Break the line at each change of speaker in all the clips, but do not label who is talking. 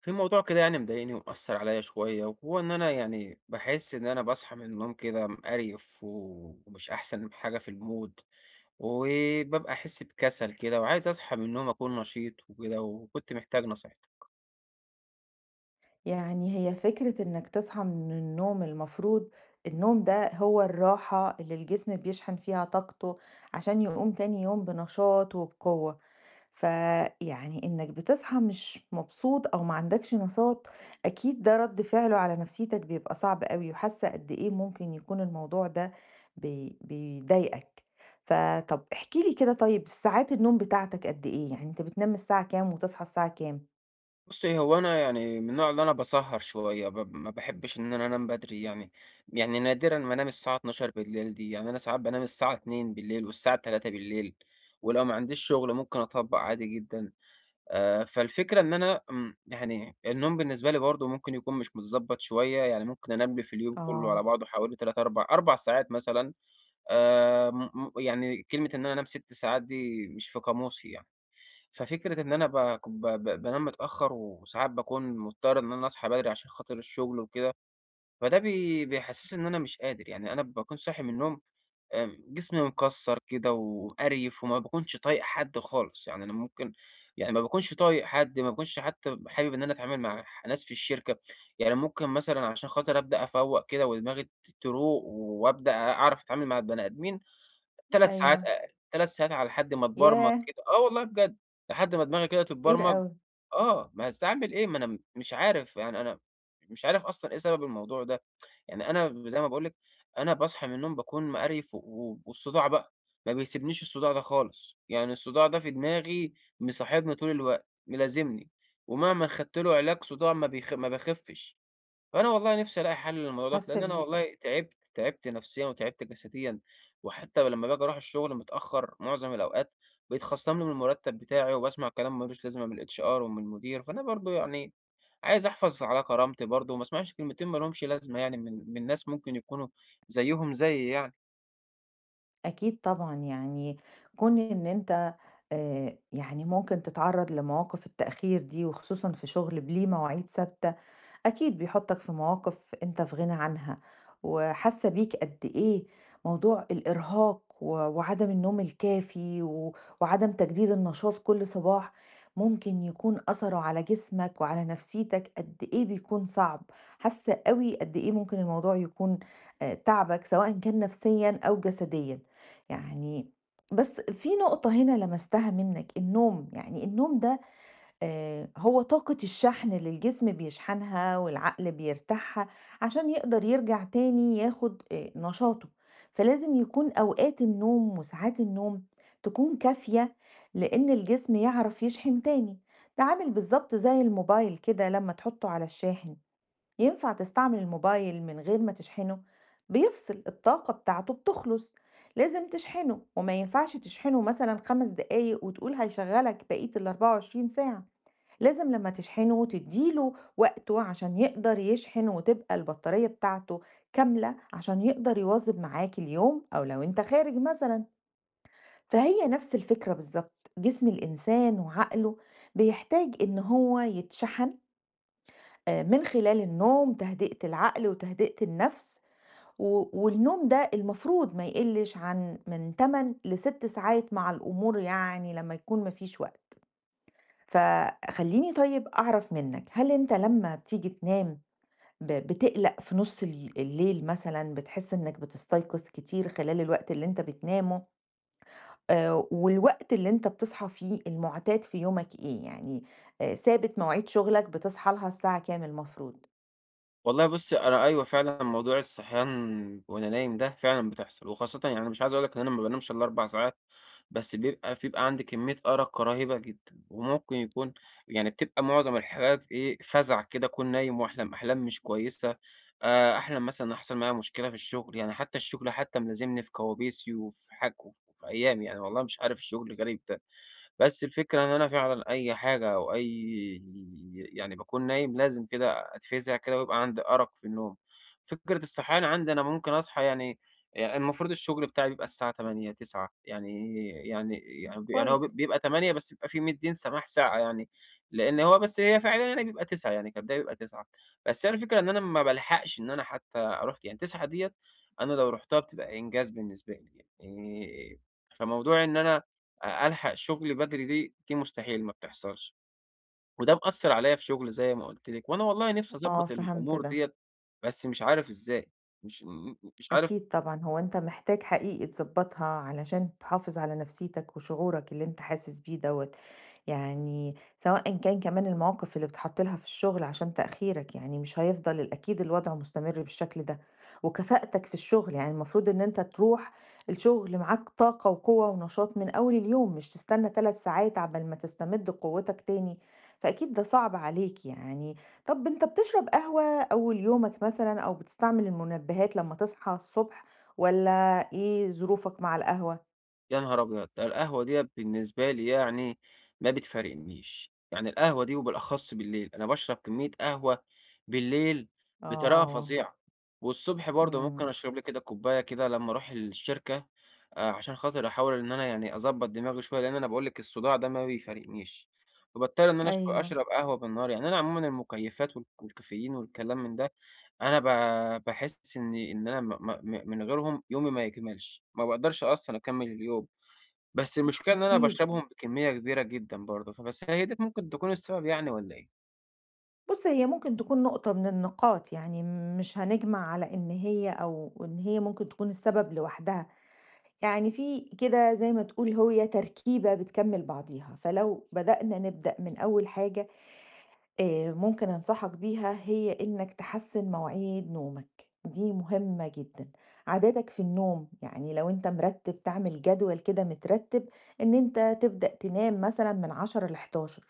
في موضوع كده يعني مضايقني ومأثر عليا شوية، وهو إن أنا يعني باحس إن أنا باصحى من النوم كده مقريف ومش أحسن حاجة في المود، وببقى أحس بكسل كده وعايز أصحى من النوم أكون نشيط وكده، وكنت محتاج نصيحتك.
يعني هي فكرة إنك تصحى من النوم. المفروض النوم ده هو الراحة اللي الجسم بيشحن فيها طاقته عشان يقوم تاني يوم بنشاط وبقوة. فيعني إنك بتصحى مش مبسوط أو ما عندكش نشاط، أكيد ده رد فعله على نفسيتك بيبقى صعب قوي. وحاسة قد إيه ممكن يكون الموضوع ده بيضايقك. فطب احكي لي كده، طيب ساعات النوم بتاعتك قد إيه؟ يعني أنت بتنام الساعة كام وتصحى الساعة كام؟
بُصّي، هو أنا يعني من النوع اللي أنا باسهر شوية ما باحبش إن أنا أنام بدري يعني، يعني نادرًا ما أنام الساعة 00:00 دي، يعني أنا ساعات بانام الساعة 02:00 والساعة 03:00، ولو ما عنديش شغل ممكن أطبّق عادي جدًا. فالفكرة إن أنا يعني النوم بالنسبة لي برضه ممكن يكون مش متضبّط شوية، يعني ممكن أنام لي في اليوم كلّه على
اه.
بعضه حوالي 3، 4 ساعات مثلًا. م م يعني كلمة إن أنا أنام 6 ساعات دي مش في قاموسي يعني، ففكرة إن أنا باك ب ب بانام متأخّر، وساعات باكون مضطر إن أنا أصحى بدري عشان خاطر الشغل وكده. فده بيحسّسني إن أنا مش قادر، يعني أنا باكون صاحي من النوم. جسمي مكسّر كده وقريف، وما باكونش طايق حد خالص، يعني أنا ممكن، يعني ما باكونش طايق حد، ما باكونش حتى حابب إن أنا أتعامل مع ناس في الشركة، يعني ممكن مثلًا عشان خاطر أبدأ أفوّق كده ودماغي تروق وأبدأ أعرف أتعامل مع البني آدمين. 3 ساعات
ايوه.
أ 3 ساعات على حد ما اتبرمج
ياه.
كده، آه والله بجد، لحد ما دماغي كده
كتير
تتبرمج.
أوي.
آه، ما أصل أعمل إيه؟ ما أنا مش عارف، يعني أنا مش عارف أصلًا إيه سبب الموضوع ده، يعني أنا زي ما باقول لِك، أنا باصحى من النوم باكون مقريف، والصداع بقى، ما بيسيبنيش الصداع ده خالص، يعني الصداع ده في دماغي مصاحبني طول الوقت، ملازمني، ومهما خدت له علاج صداع ما باخفش. أنا والله نِفْسي ألاقي حَل للموضوع دوّة،
حاسة
لإن أنا
بيك.
والله تعبت، تعبت نفسيًا وتعبت جسديًا. وحتى لمّا باجي أروح الشغل متأخّر معظم الأوقات، بيتخصم لي من المُرتّب بتاعي، وباسمع كلام ما لوش لازمة من الHR ومن المدير، فأنا برضه يعني عايز أحافظ على كرامتي برضه، وما اسمعش كلمتين ما لهمش لازمة، يعني من ناس ممكن يكونوا زيّهم زيي يعني.
أكيد طبعًا، يعني كون إن أنت يعني ممكن تتعرّض لمواقف التأخير دي، وخصوصًا في شغل ليه مواعيد ثابتة أكيد بيحطك في مواقف أنت في غنى عنها. وحاسة بيك قد إيه موضوع الإرهاق وعدم النوم الكافي وعدم تجديد النشاط كل صباح ممكن يكون أثره على جسمك وعلى نفسيتك. قد إيه بيكون صعب، حاسة قوي قد إيه ممكن الموضوع يكون آه، تعبك سواء كان نفسيا أو جسديا، يعني. بس في نقطة هنا لمستها منك، النوم، يعني النوم ده هو طاقة الشحن اللي الجسم بيشحنها والعقل بيرتاحها عشان يقدر يرجع تاني ياخد نشاطه. فلازم يكون أوقات النوم وساعات النوم تكون كافية، لإن الجسم يعرف يشحن تاني. ده عامل بالضبط زي الموبايل كده، لمّا تحطه على الشاحن، ينفع تستعمل الموبايل من غير ما تشحنه؟ بيفصل، الطاقة بتاعته بتخلص، لازم تشحنه. وما ينفعش تشحنه مثلًا 5 دقايق وتقول هيشغّلك بقية ال24 ساعة. لازم لمّا تشحنه تدّي له وقته عشان يقدر يشحن، وتبقى البطارية بتاعته كاملة، عشان يقدر يواظب معاك اليوم أو لو أنت خارج مثلًا. فهي نفس الفكرة بالضبط، جسم الإنسان وعقله بيحتاج إن هو يتشحن من خلال النوم، تهدئة العقل وتهدئة النفس. والنوم ده المفروض ما يقلش عن من 8 ل6 ساعات مع الأمور، يعني لمّا يكون ما فيش وقت. فخلّيني طيب أعرف منّك، هل أنت لمّا بتيجي تنام بتقلق في نُص الليل مثلًا؟ بتحس إنّك بتستيقظ كتير خلال الوقت اللي أنت بتنامه؟ والوقت اللي أنت بتصحى فيه المُعتاد في يومك إيه؟ يعني ثابت مواعيد شُغلك بتصحى لها الساعة كام المفروض؟
والله بُصّي، أنا أيوه فعلًا موضوع الصحيان وأنا نايم ده فعلًا بتحصل، وخاصةً يعني مش عايز أقول لك إن أنا ما بانامش إلا 4 ساعات، بس بيبقى عندي كمية أرق رهيبة جدًا، وممكن يكون، يعني بتبقى معظم الحاجات إيه، فزع كده أكون نايم وأحلم أحلام مش كويسة. أحلم مثلًا حصل معايا مشكلة في الشغل، يعني حتى الشغل حتى ملازمني في كوابيسي وفي أيامي، يعني والله مش عارف الشغل غريب ده. بس الفكرة إن أنا فعلًا أي حاجة أو أي، يعني باكون نايم لازم كده أتفزع كده ويبقى عندي أرق في النوم. فكرة الصحيان عندي أنا ممكن أصحى يعني، يعني المفروض الشغل بتاعي بيبقى الساعة 20:00، 21:00 يعني يعني يعني ب هو
كويس.
بيبقى 20:00، بس بيبقى في مدّيين سماح ساعة يعني، لإن هو بس هي فعليًا يعني بيبقى 21:00، يعني كبداية بيبقى 21:00، بس هي الفكرة إن أنا ما بالحقش إن أنا حتى أروح يعني 21:00 ديّة، أنا لو رُحتها بتبقى إنجاز بالنسبة لي يعني. فموضوع إن أنا ألحق شغلي بدري دي مستحيل ما بتحصلش. وده مأثّر عليّا في شغلي زي ما قُلت لِك، وأنا والله نِفْسي
آه
أضبّط
فهمت
الأمور
ده.
ديّة، بس مش عارف إزاي، مش عارف.
أكيد طبعًا، هو أنت محتاج حقيقي تضبّطها علشان تحافظ على نفسيتك وشعورك اللي أنت حاسس بيه دوّة، يعني سواء كان كمان المواقف اللي بتتحط لها في الشغل عشان تأخيرك، يعني مش هيفضل أكيد الوضع مستمر بالشكل ده. وكفاءتك في الشغل، يعني المفروض إن أنت تروح الشغل معاك طاقة وقوة ونشاط من أول اليوم، مش تستنى 3 ساعات عقبال ما تستمد قوتك تاني. فأكيد ده صعب عليك، يعني. طب أنت بتشرب قهوة أول يومك مثلًا، أو بتستعمل المنبهات لمّا تصحى الصبح؟ والّا إيه ظروفك مع القهوة؟
يا نهار أبيض! ده القهوة ديّة بالنسبة لي يعني ما بتفارقنيش، يعني القهوة دي وبالأخص بالليل، أنا باشرب كمية قهوة بالليل بطريقة
آه.
فظيعة، والصبح برضه ممكن
إمم.
أشرب لي كده كوباية كده لمّا أروح الشركة. عشان خاطر أحاول إن أنا يعني أضبّط دماغي شوية، لإن أنا باقول لِك الصداع ده ما بيفارقنيش، فباضطر إن أنا أشر
أيوه.
أشرب قهوة بالنهار، يعني أنا عمومًا المكيفات والكافيين والكلام من ده، أنا باحس إن أنا م م م من غيرهم يومي ما يكملش، ما باقدرش أصلًا أكمّل اليوم. بس المشكلة إن أنا
أكيد.
باشربهم بكمية كبيرة جدًا برضه، فبس هي ديّة ممكن تكون السبب يعني والّا إيه؟
بُص، هي ممكن تكون نقطة من النقاط، يعني مش هنجمع على إن هي أو إن هي ممكن تكون السبب لوحدها. يعني في كده زي ما تقول هي تركيبة بتكمّل بعضيها. فلو بدأنا نبدأ من أول حاجة ممكن أنصحك بيها، هي إنك تحسّن مواعيد نومك، دي مهمة جدًا. عاداتك في النوم، يعني لو أنت مرتّب تعمل جدول كده مترتّب إن أنت تبدأ تنام مثلًا من 10:00 ل11:00،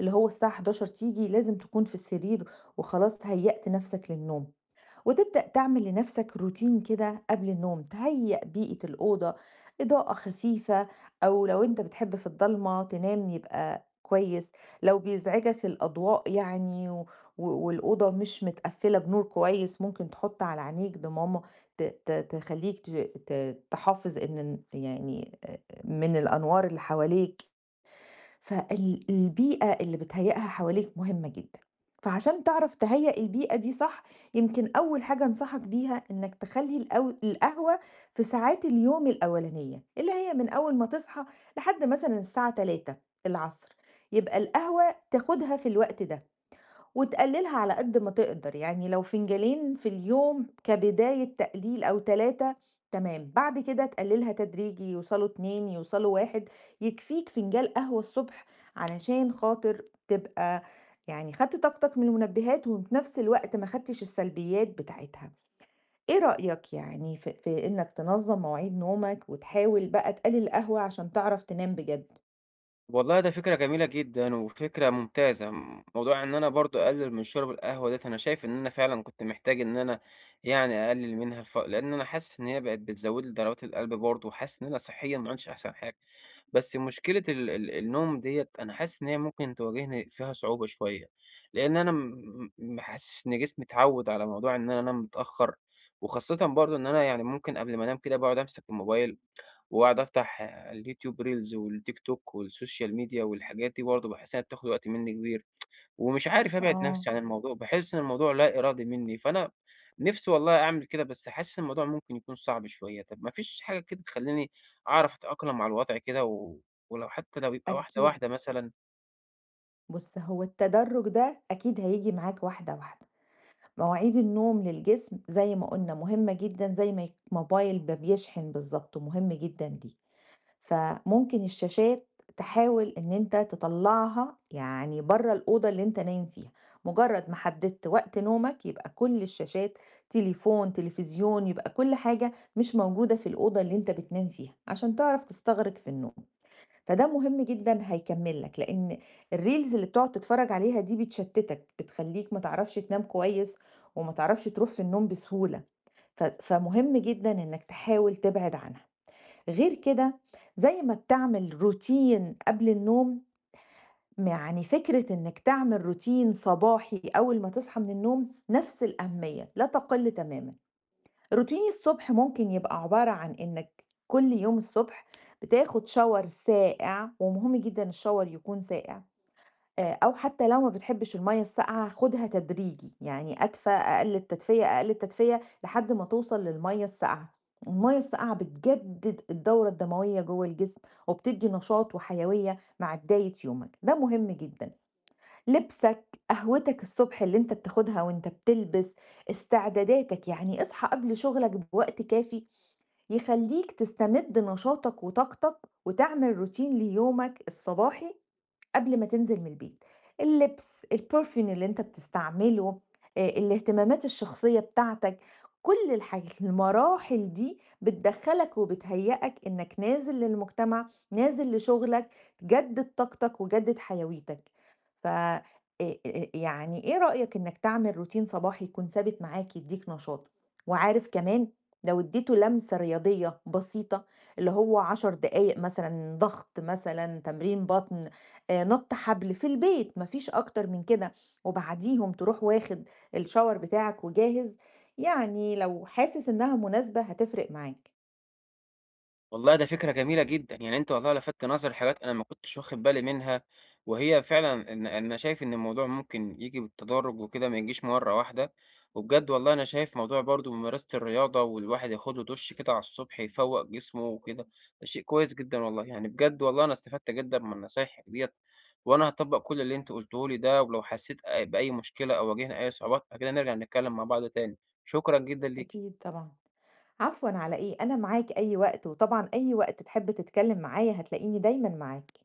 اللي هو الساعة 11:00 تيجي لازم تكون في السرير وخلاص هيّأت نَفْسك للنوم. وتبدأ تعمل لنفسك روتين كده قبل النوم، تهيئ بيئة الأوضة، إضاءة خفيفة، أو لو أنت بتحب في الضلمة تنام يبقى كويس. لو بيزعجك الأضواء يعني والأوضة مش متقفلة بنور كويس، ممكن تحط على عينيك ضمامة تخليك تحافظ إن يعني من الأنوار اللي حواليك. فال البيئة اللي بتهيئها حواليك مهمة جدًا. فعشان تعرف تهيأ البيئة دي صح، يمكن أول حاجة أنصحك بيها إنك تخلّي القهوة في ساعات اليوم الأولانية، اللي هي من أول ما تصحى لحد مثلًا الساعة 15:00 العصر. يبقى القهوة تاخدها في الوقت ده، وتقللها على قد ما تقدر، يعني لو فنجانين في اليوم كبداية تقليل أو 3، تمام. بعد كده تقللها تدريجي يوصلوا 2 يوصلوا 1. يكفيك فنجان قهوة الصبح علشان خاطر تبقى يعني خدت طاقتك من المنبهات، وفي نفس الوقت ما خدتش السلبيات بتاعتها. إيه رأيك يعني في إنك تنظم مواعيد نومك وتحاول بقى تقلل القهوة عشان تعرف تنام بجد؟
والله ده فكرة جميلة جدًا، وفكرة ممتازة، موضوع إن أنا برضه أقلل من شُرب القهوة ديّة، أنا شايف إن أنا فعلًا كنت محتاج إن أنا يعني أقلل منها لإن أنا حاسس إن هي بقت بتزوّد لي ضربات القلب برضه، وحاسس إن أنا صحيًا ما عُدتش أحسن حاجة، بس مشكلة ال ال النوم ديّة أنا حاسس إن هي ممكن تواجهني فيها صعوبة شوية، لإن أنا م م حاسس إن جسمي اتعوّد على موضوع إن أنا أنام متأخّر، وخاصةً برضه إن أنا يعني ممكن قبل ما أنام كده باقعد أمسك الموبايل وأقعد أفتح اليوتيوب ريلز والتيك توك والسوشيال ميديا والحاجات دي برضه باحس إنها بتاخد وقت منّي كبير، ومش عارف أبعد
آه.
نفسي عن الموضوع، باحس إن الموضوع لا إرادي منّي، فأنا نفسي والله أعمل كده، بس حاسس إن الموضوع ممكن يكون صعب شوية، طب ما فيش حاجة كده تخلّيني أعرف أتأقلم مع الوضع كده، ولو حتى لو يبقى واحدة
أكيد.
واحدة مثلًا؟
بُص هو التدرج ده أكيد هييجي معاك واحدة واحدة. مواعيد النوم للجسم زي ما قلنا مهمة جدًا، زي ما الموبايل ما بيشحن بالضبط مهم جدًا ليه. فممكن الشاشات تحاول إن أنت تطلّعها يعني برّه الأوضة اللي أنت نايم فيها. مجرد ما حددت وقت نومك، يبقى كل الشاشات، تليفون، تلفزيون، يبقى كل حاجة مش موجودة في الأوضة اللي أنت بتنام فيها، عشان تعرف تستغرق في النوم. فده مهم جدًا هيكمّل لك، لإن الreels اللي بتقعد تتفرّج عليها دي بتشتتك، بتخلّيك ما تعرفش تنام كويس، وما تعرفش تروح في النوم بسهولة. فمهم جدًا إنّك تحاول تبعد عنها. غير كده، زي ما بتعمل روتين قبل النوم، يعني فكرة إنّك تعمل روتين صباحي أول ما تصحى من النوم نَفْس الأهمية، لا تقِل تمامًا. روتيني الصبح ممكن يبقى عبارة عن إنك كل يوم الصبح بتاخد شاور ساقع، ومهم جدا الشاور يكون ساقع. آه، أو حتى لو ما بتحبش المية الساقعة خدها تدريجي، يعني أدفى أقل التدفية أقل التدفية لحد ما توصل للمية الساقعة. المية الساقعة بتجدد الدورة الدموية جوه الجسم وبتدي نشاط وحيوية مع بداية يومك، ده مهم جدا. لبسك، قهوتك الصبح اللي أنت بتاخدها وأنت بتلبس، استعداداتك، يعني اصحى قبل شغلك بوقت كافي يخلّيك تستمد نشاطك وطاقتك، وتعمل روتين ليومك الصباحي قبل ما تنزل من البيت، اللبس، الperfume اللي أنت بتستعمله، الاهتمامات الشخصية بتاعتك، كل الحاج المراحل دي بتدخّلك وبتهيّئك إنك نازل للمجتمع، نازل لشغلك، تجدد طاقتك وجدد حيويتك. ف يعني إيه رأيك إنك تعمل روتين صباحي يكون ثابت معاك يدّيك نشاط؟ وعارف كمان لو اديته لمسة رياضية بسيطة اللي هو 10 دقايق مثلًا، ضغط مثلًا، تمرين بطن، نَط حبل في البيت، ما فيش أكتر من كده، وبعديهم تروح واخد الشاور بتاعك وجاهز. يعني لو حاسس إنها مناسبة هتفرق معاك.
والله ده فكرة جميلة جدًا، يعني أنت والله لفتت نظري لحاجات أنا ما كنتش واخد بالي منها، وهي فعلًا إن أنا شايف إن الموضوع ممكن ييجي بالتدرج وكده ما يجيش مرة واحدة، وبجد والله أنا شايف موضوع برضه ممارسة الرياضة والواحد ياخد له دُش كده على الصبح يفوّق جسمه وكده، ده شيء كويس جدًا والله، يعني بجد والله أنا استفدت جدًا من نصايحك ديّة، وأنا هاطبّق كل اللي أنت قُلته لي ده، ولو حسيت بأي مشكلة أو واجهنا أي صعوبات أكيد هنرجع نتكلم مع بعض تاني، شكرًا جدًا ليكِ.
أكيد طبعًا. عفوًا على إيه، أنا معاك أي وقت، وطبعًا أي وقت تحب تتكلم معايا هتلاقيني دايمًا معاك.